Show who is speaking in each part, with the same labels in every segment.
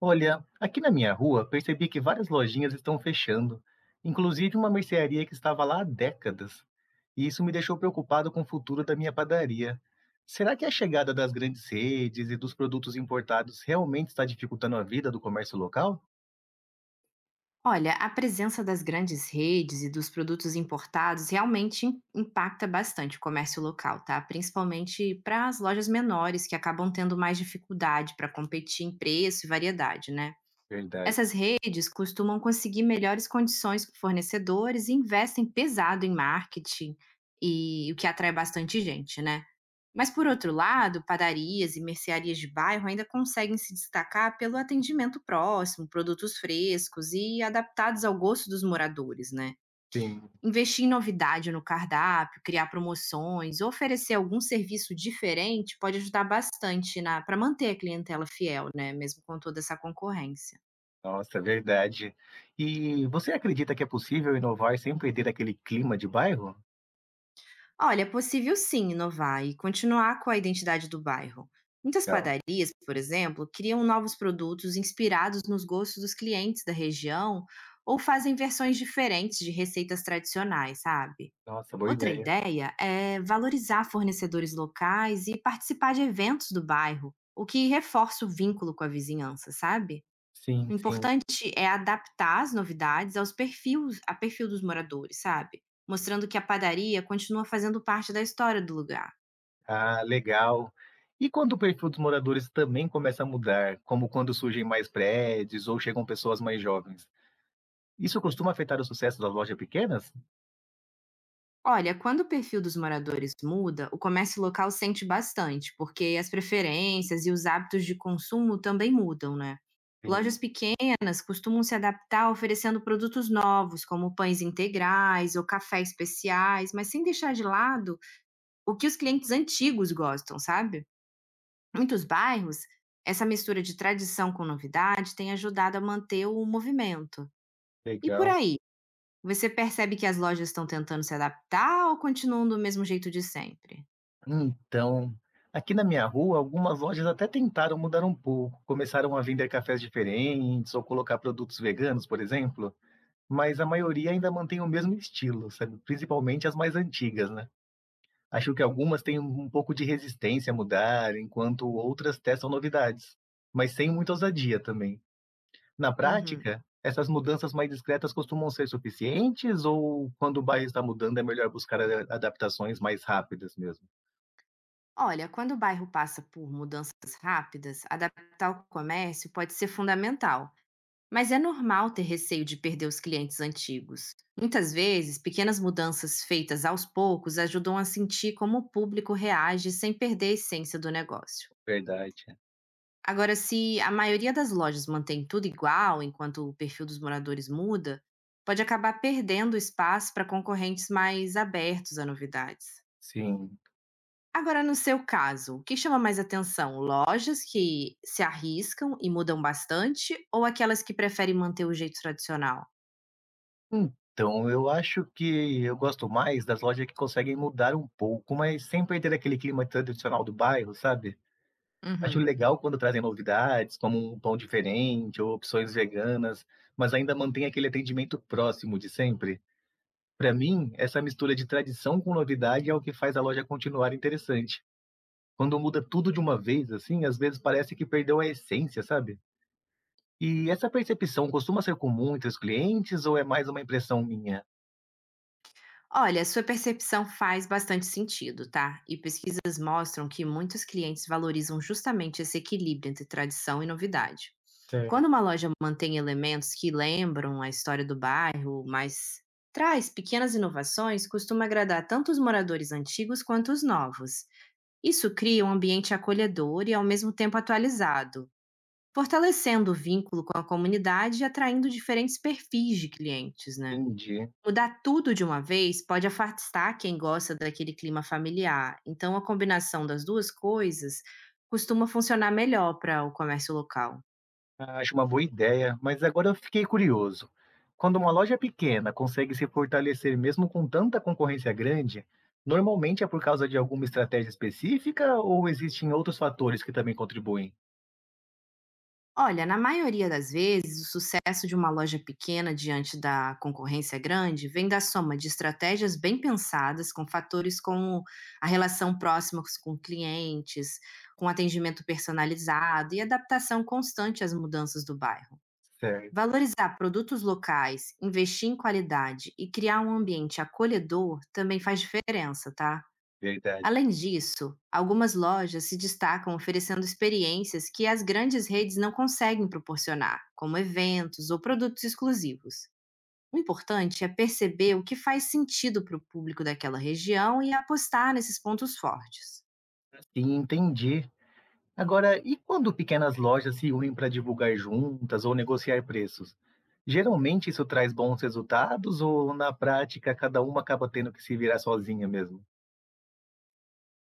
Speaker 1: Olha, aqui na minha rua percebi que várias lojinhas estão fechando, inclusive uma mercearia que estava lá há décadas. E isso me deixou preocupado com o futuro da minha padaria. Será que a chegada das grandes redes e dos produtos importados realmente está dificultando a vida do comércio local?
Speaker 2: Olha, a presença das grandes redes e dos produtos importados realmente impacta bastante o comércio local, tá? Principalmente para as lojas menores que acabam tendo mais dificuldade para competir em preço e variedade, né?
Speaker 1: Verdade.
Speaker 2: Essas redes costumam conseguir melhores condições com fornecedores e investem pesado em marketing e o que atrai bastante gente, né? Mas, por outro lado, padarias e mercearias de bairro ainda conseguem se destacar pelo atendimento próximo, produtos frescos e adaptados ao gosto dos moradores, né?
Speaker 1: Sim.
Speaker 2: Investir em novidade no cardápio, criar promoções, oferecer algum serviço diferente pode ajudar bastante para manter a clientela fiel, né? Mesmo com toda essa concorrência.
Speaker 1: Nossa, verdade. E você acredita que é possível inovar sem perder aquele clima de bairro?
Speaker 2: Olha, é possível sim inovar e continuar com a identidade do bairro. Muitas
Speaker 1: Legal.
Speaker 2: padarias, por exemplo, criam novos produtos inspirados nos gostos dos clientes da região ou fazem versões diferentes de receitas tradicionais, sabe?
Speaker 1: Nossa, boa
Speaker 2: Outra
Speaker 1: ideia.
Speaker 2: ideia é valorizar fornecedores locais e participar de eventos do bairro, o que reforça o vínculo com a vizinhança, sabe?
Speaker 1: Sim,
Speaker 2: O
Speaker 1: sim.
Speaker 2: importante é adaptar as novidades aos perfis a perfil dos moradores, sabe, mostrando que a padaria continua fazendo parte da história do lugar.
Speaker 1: Ah, legal. E quando o perfil dos moradores também começa a mudar, como quando surgem mais prédios ou chegam pessoas mais jovens, isso costuma afetar o sucesso das lojas pequenas?
Speaker 2: Olha, quando o perfil dos moradores muda, o comércio local sente bastante, porque as preferências e os hábitos de consumo também mudam, né. Lojas
Speaker 1: Sim,
Speaker 2: pequenas costumam se adaptar oferecendo produtos novos, como pães integrais ou cafés especiais, mas sem deixar de lado o que os clientes antigos gostam, sabe. Muitos bairros, essa mistura de tradição com novidade tem ajudado a manter o movimento. E por
Speaker 1: legal.
Speaker 2: aí? Você percebe que as lojas estão tentando se adaptar ou continuam do mesmo jeito de sempre?
Speaker 1: Então, aqui na minha rua, algumas lojas até tentaram mudar um pouco, começaram a vender cafés diferentes ou colocar produtos veganos, por exemplo, mas a maioria ainda mantém o mesmo estilo, sabe? Principalmente as mais antigas, né? Acho que algumas têm um pouco de resistência a mudar, enquanto outras testam novidades, mas sem muita ousadia também. Na
Speaker 2: Uhum.
Speaker 1: prática, essas mudanças mais discretas costumam ser suficientes ou quando o bairro está mudando é melhor buscar adaptações mais rápidas mesmo?
Speaker 2: Olha, quando o bairro passa por mudanças rápidas, adaptar o comércio pode ser fundamental, mas é normal ter receio de perder os clientes antigos. Muitas vezes, pequenas mudanças feitas aos poucos ajudam a sentir como o público reage sem perder a essência do negócio.
Speaker 1: Verdade.
Speaker 2: Agora, se a maioria das lojas mantém tudo igual, enquanto o perfil dos moradores muda, pode acabar perdendo espaço para concorrentes mais abertos a novidades.
Speaker 1: Sim.
Speaker 2: Agora, no seu caso, o que chama mais atenção? Lojas que se arriscam e mudam bastante ou aquelas que preferem manter o jeito tradicional?
Speaker 1: Então, eu acho que eu gosto mais das lojas que conseguem mudar um pouco, mas sem perder aquele clima tradicional do bairro, sabe? Acho
Speaker 2: Uhum.
Speaker 1: legal quando trazem novidades, como um pão diferente ou opções veganas, mas ainda mantém aquele atendimento próximo de sempre. Para mim, essa mistura de tradição com novidade é o que faz a loja continuar interessante. Quando muda tudo de uma vez, assim, às vezes parece que perdeu a essência, sabe? E essa percepção costuma ser comum entre os clientes ou é mais uma impressão minha?
Speaker 2: Olha, sua percepção faz bastante sentido, tá? E pesquisas mostram que muitos clientes valorizam justamente esse equilíbrio entre tradição e novidade. Quando uma
Speaker 1: Certo.
Speaker 2: loja mantém elementos que lembram a história do bairro, mas traz pequenas inovações, costuma agradar tanto os moradores antigos quanto os novos. Isso cria um ambiente acolhedor e ao mesmo tempo atualizado, fortalecendo o vínculo com a comunidade e atraindo diferentes perfis de clientes, né?
Speaker 1: Entendi.
Speaker 2: Mudar tudo de uma vez pode afastar quem gosta daquele clima familiar. Então, a combinação das duas coisas costuma funcionar melhor para o comércio local.
Speaker 1: Ah, acho uma boa ideia, mas agora eu fiquei curioso. Quando uma loja pequena consegue se fortalecer mesmo com tanta concorrência grande, normalmente é por causa de alguma estratégia específica ou existem outros fatores que também contribuem?
Speaker 2: Olha, na maioria das vezes, o sucesso de uma loja pequena diante da concorrência grande vem da soma de estratégias bem pensadas com fatores como a relação próxima com clientes, com atendimento personalizado e adaptação constante às mudanças do bairro.
Speaker 1: Certo,
Speaker 2: Valorizar produtos locais, investir em qualidade e criar um ambiente acolhedor também faz diferença, tá?
Speaker 1: verdade.
Speaker 2: Além disso, algumas lojas se destacam oferecendo experiências que as grandes redes não conseguem proporcionar, como eventos ou produtos exclusivos. O importante é perceber o que faz sentido para o público daquela região e apostar nesses pontos fortes.
Speaker 1: Sim, entendi. Agora, e quando pequenas lojas se unem para divulgar juntas ou negociar preços? Geralmente isso traz bons resultados ou na prática cada uma acaba tendo que se virar sozinha mesmo?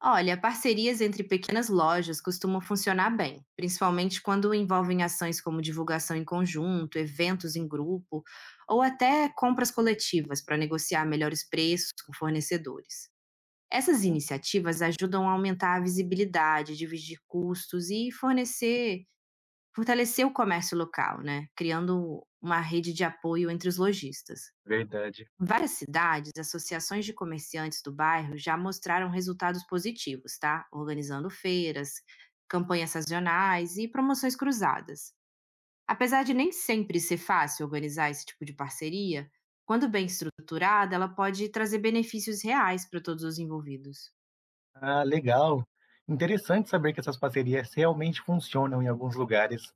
Speaker 2: Olha, parcerias entre pequenas lojas costumam funcionar bem, principalmente quando envolvem ações como divulgação em conjunto, eventos em grupo ou até compras coletivas para negociar melhores preços com fornecedores. Essas iniciativas ajudam a aumentar a visibilidade, dividir custos e fortalecer o comércio local, né? Criando uma rede de apoio entre os lojistas.
Speaker 1: Verdade.
Speaker 2: Várias cidades, associações de comerciantes do bairro já mostraram resultados positivos, tá? Organizando feiras, campanhas sazonais e promoções cruzadas. Apesar de nem sempre ser fácil organizar esse tipo de parceria, quando bem estruturada, ela pode trazer benefícios reais para todos os envolvidos.
Speaker 1: Ah, legal. Interessante saber que essas parcerias realmente funcionam em alguns lugares.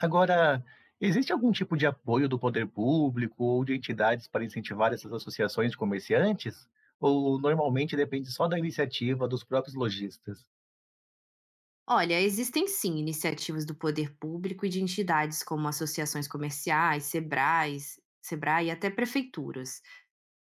Speaker 1: Agora, existe algum tipo de apoio do poder público ou de entidades para incentivar essas associações de comerciantes? Ou normalmente depende só da iniciativa dos próprios lojistas?
Speaker 2: Olha, existem sim iniciativas do poder público e de entidades como associações comerciais, SEBRAE e até prefeituras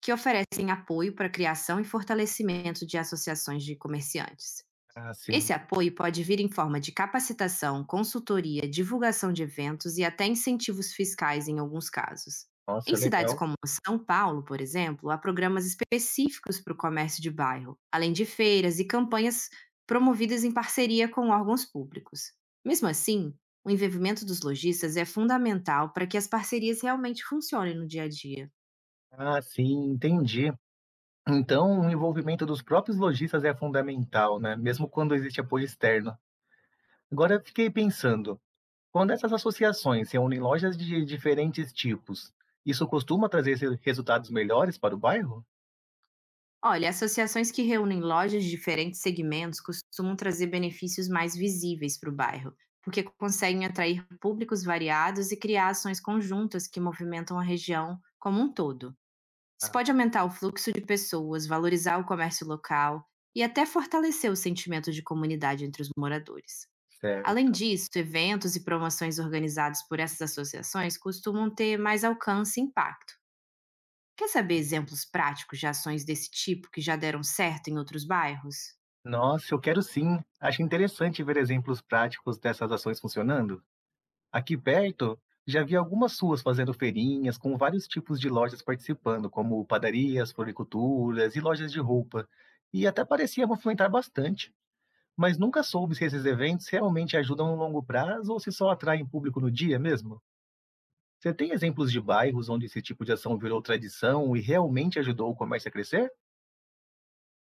Speaker 2: que oferecem apoio para a criação e fortalecimento de associações de comerciantes.
Speaker 1: Ah, sim.
Speaker 2: Esse apoio pode vir em forma de capacitação, consultoria, divulgação de eventos e até incentivos fiscais em alguns casos.
Speaker 1: Nossa,
Speaker 2: Em cidades
Speaker 1: legal.
Speaker 2: como São Paulo, por exemplo, há programas específicos para o comércio de bairro, além de feiras e campanhas promovidas em parceria com órgãos públicos. Mesmo assim, o envolvimento dos lojistas é fundamental para que as parcerias realmente funcionem no dia a dia.
Speaker 1: Ah, sim, entendi. Então, o envolvimento dos próprios lojistas é fundamental, né? Mesmo quando existe apoio externo. Agora, eu fiquei pensando. Quando essas associações se unem lojas de diferentes tipos, isso costuma trazer esse resultados melhores para o bairro?
Speaker 2: Olha, associações que reúnem lojas de diferentes segmentos costumam trazer benefícios mais visíveis para o bairro, porque conseguem atrair públicos variados e criar ações conjuntas que movimentam a região como um todo. Isso
Speaker 1: Ah,
Speaker 2: pode aumentar o fluxo de pessoas, valorizar o comércio local e até fortalecer o sentimento de comunidade entre os moradores. Além
Speaker 1: certo.
Speaker 2: disso, eventos e promoções organizados por essas associações costumam ter mais alcance e impacto. Quer saber exemplos práticos de ações desse tipo que já deram certo em outros bairros?
Speaker 1: Nossa, eu quero sim. Acho interessante ver exemplos práticos dessas ações funcionando. Aqui perto, já vi algumas ruas fazendo feirinhas, com vários tipos de lojas participando, como padarias, floriculturas e lojas de roupa. E até parecia movimentar bastante, mas nunca soube se esses eventos realmente ajudam no longo prazo ou se só atraem público no dia mesmo. Você tem exemplos de bairros onde esse tipo de ação virou tradição e realmente ajudou o comércio a crescer?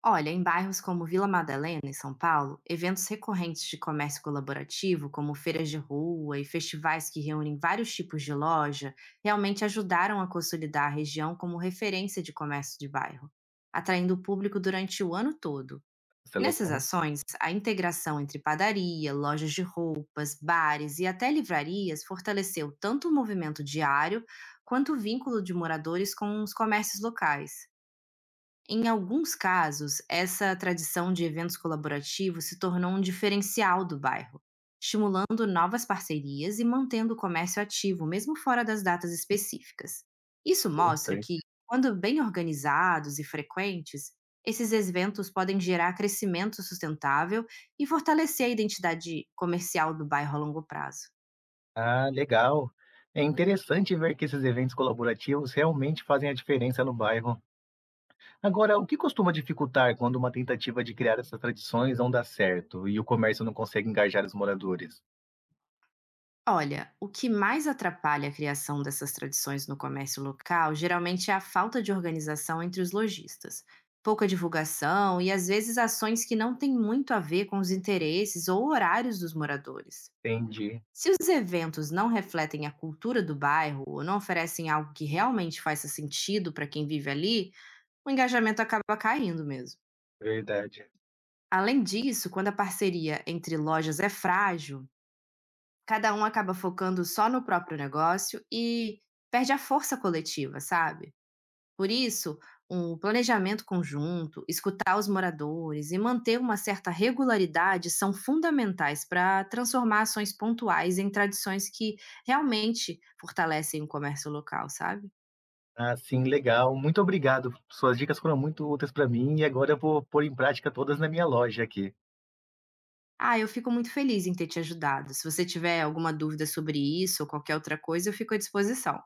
Speaker 2: Olha, em bairros como Vila Madalena, em São Paulo, eventos recorrentes de comércio colaborativo, como feiras de rua e festivais que reúnem vários tipos de loja, realmente ajudaram a consolidar a região como referência de comércio de bairro, atraindo o público durante o ano todo.
Speaker 1: Isso é
Speaker 2: Nessas
Speaker 1: legal,
Speaker 2: ações, a integração entre padaria, lojas de roupas, bares e até livrarias fortaleceu tanto o movimento diário quanto o vínculo de moradores com os comércios locais. Em alguns casos, essa tradição de eventos colaborativos se tornou um diferencial do bairro, estimulando novas parcerias e mantendo o comércio ativo, mesmo fora das datas específicas. Isso mostra que,
Speaker 1: interessante.
Speaker 2: quando bem organizados e frequentes, esses eventos podem gerar crescimento sustentável e fortalecer a identidade comercial do bairro a longo prazo.
Speaker 1: Ah, legal. É interessante ver que esses eventos colaborativos realmente fazem a diferença no bairro. Agora, o que costuma dificultar quando uma tentativa de criar essas tradições não dá certo e o comércio não consegue engajar os moradores?
Speaker 2: Olha, o que mais atrapalha a criação dessas tradições no comércio local geralmente é a falta de organização entre os lojistas, pouca divulgação e às vezes ações que não têm muito a ver com os interesses ou horários dos moradores.
Speaker 1: Entendi,
Speaker 2: Se os eventos não refletem a cultura do bairro ou não oferecem algo que realmente faça sentido para quem vive ali, o engajamento acaba caindo mesmo.
Speaker 1: verdade.
Speaker 2: Além disso, quando a parceria entre lojas é frágil, cada um acaba focando só no próprio negócio e perde a força coletiva, sabe? Por isso, um planejamento conjunto, escutar os moradores e manter uma certa regularidade são fundamentais para transformar ações pontuais em tradições que realmente fortalecem o comércio local, sabe?
Speaker 1: Ah, sim, legal. Muito obrigado. Suas dicas foram muito úteis para mim e agora eu vou pôr em prática todas na minha loja aqui.
Speaker 2: Ah, eu fico muito feliz em ter te ajudado. Se você tiver alguma dúvida sobre isso ou qualquer outra coisa, eu fico à disposição.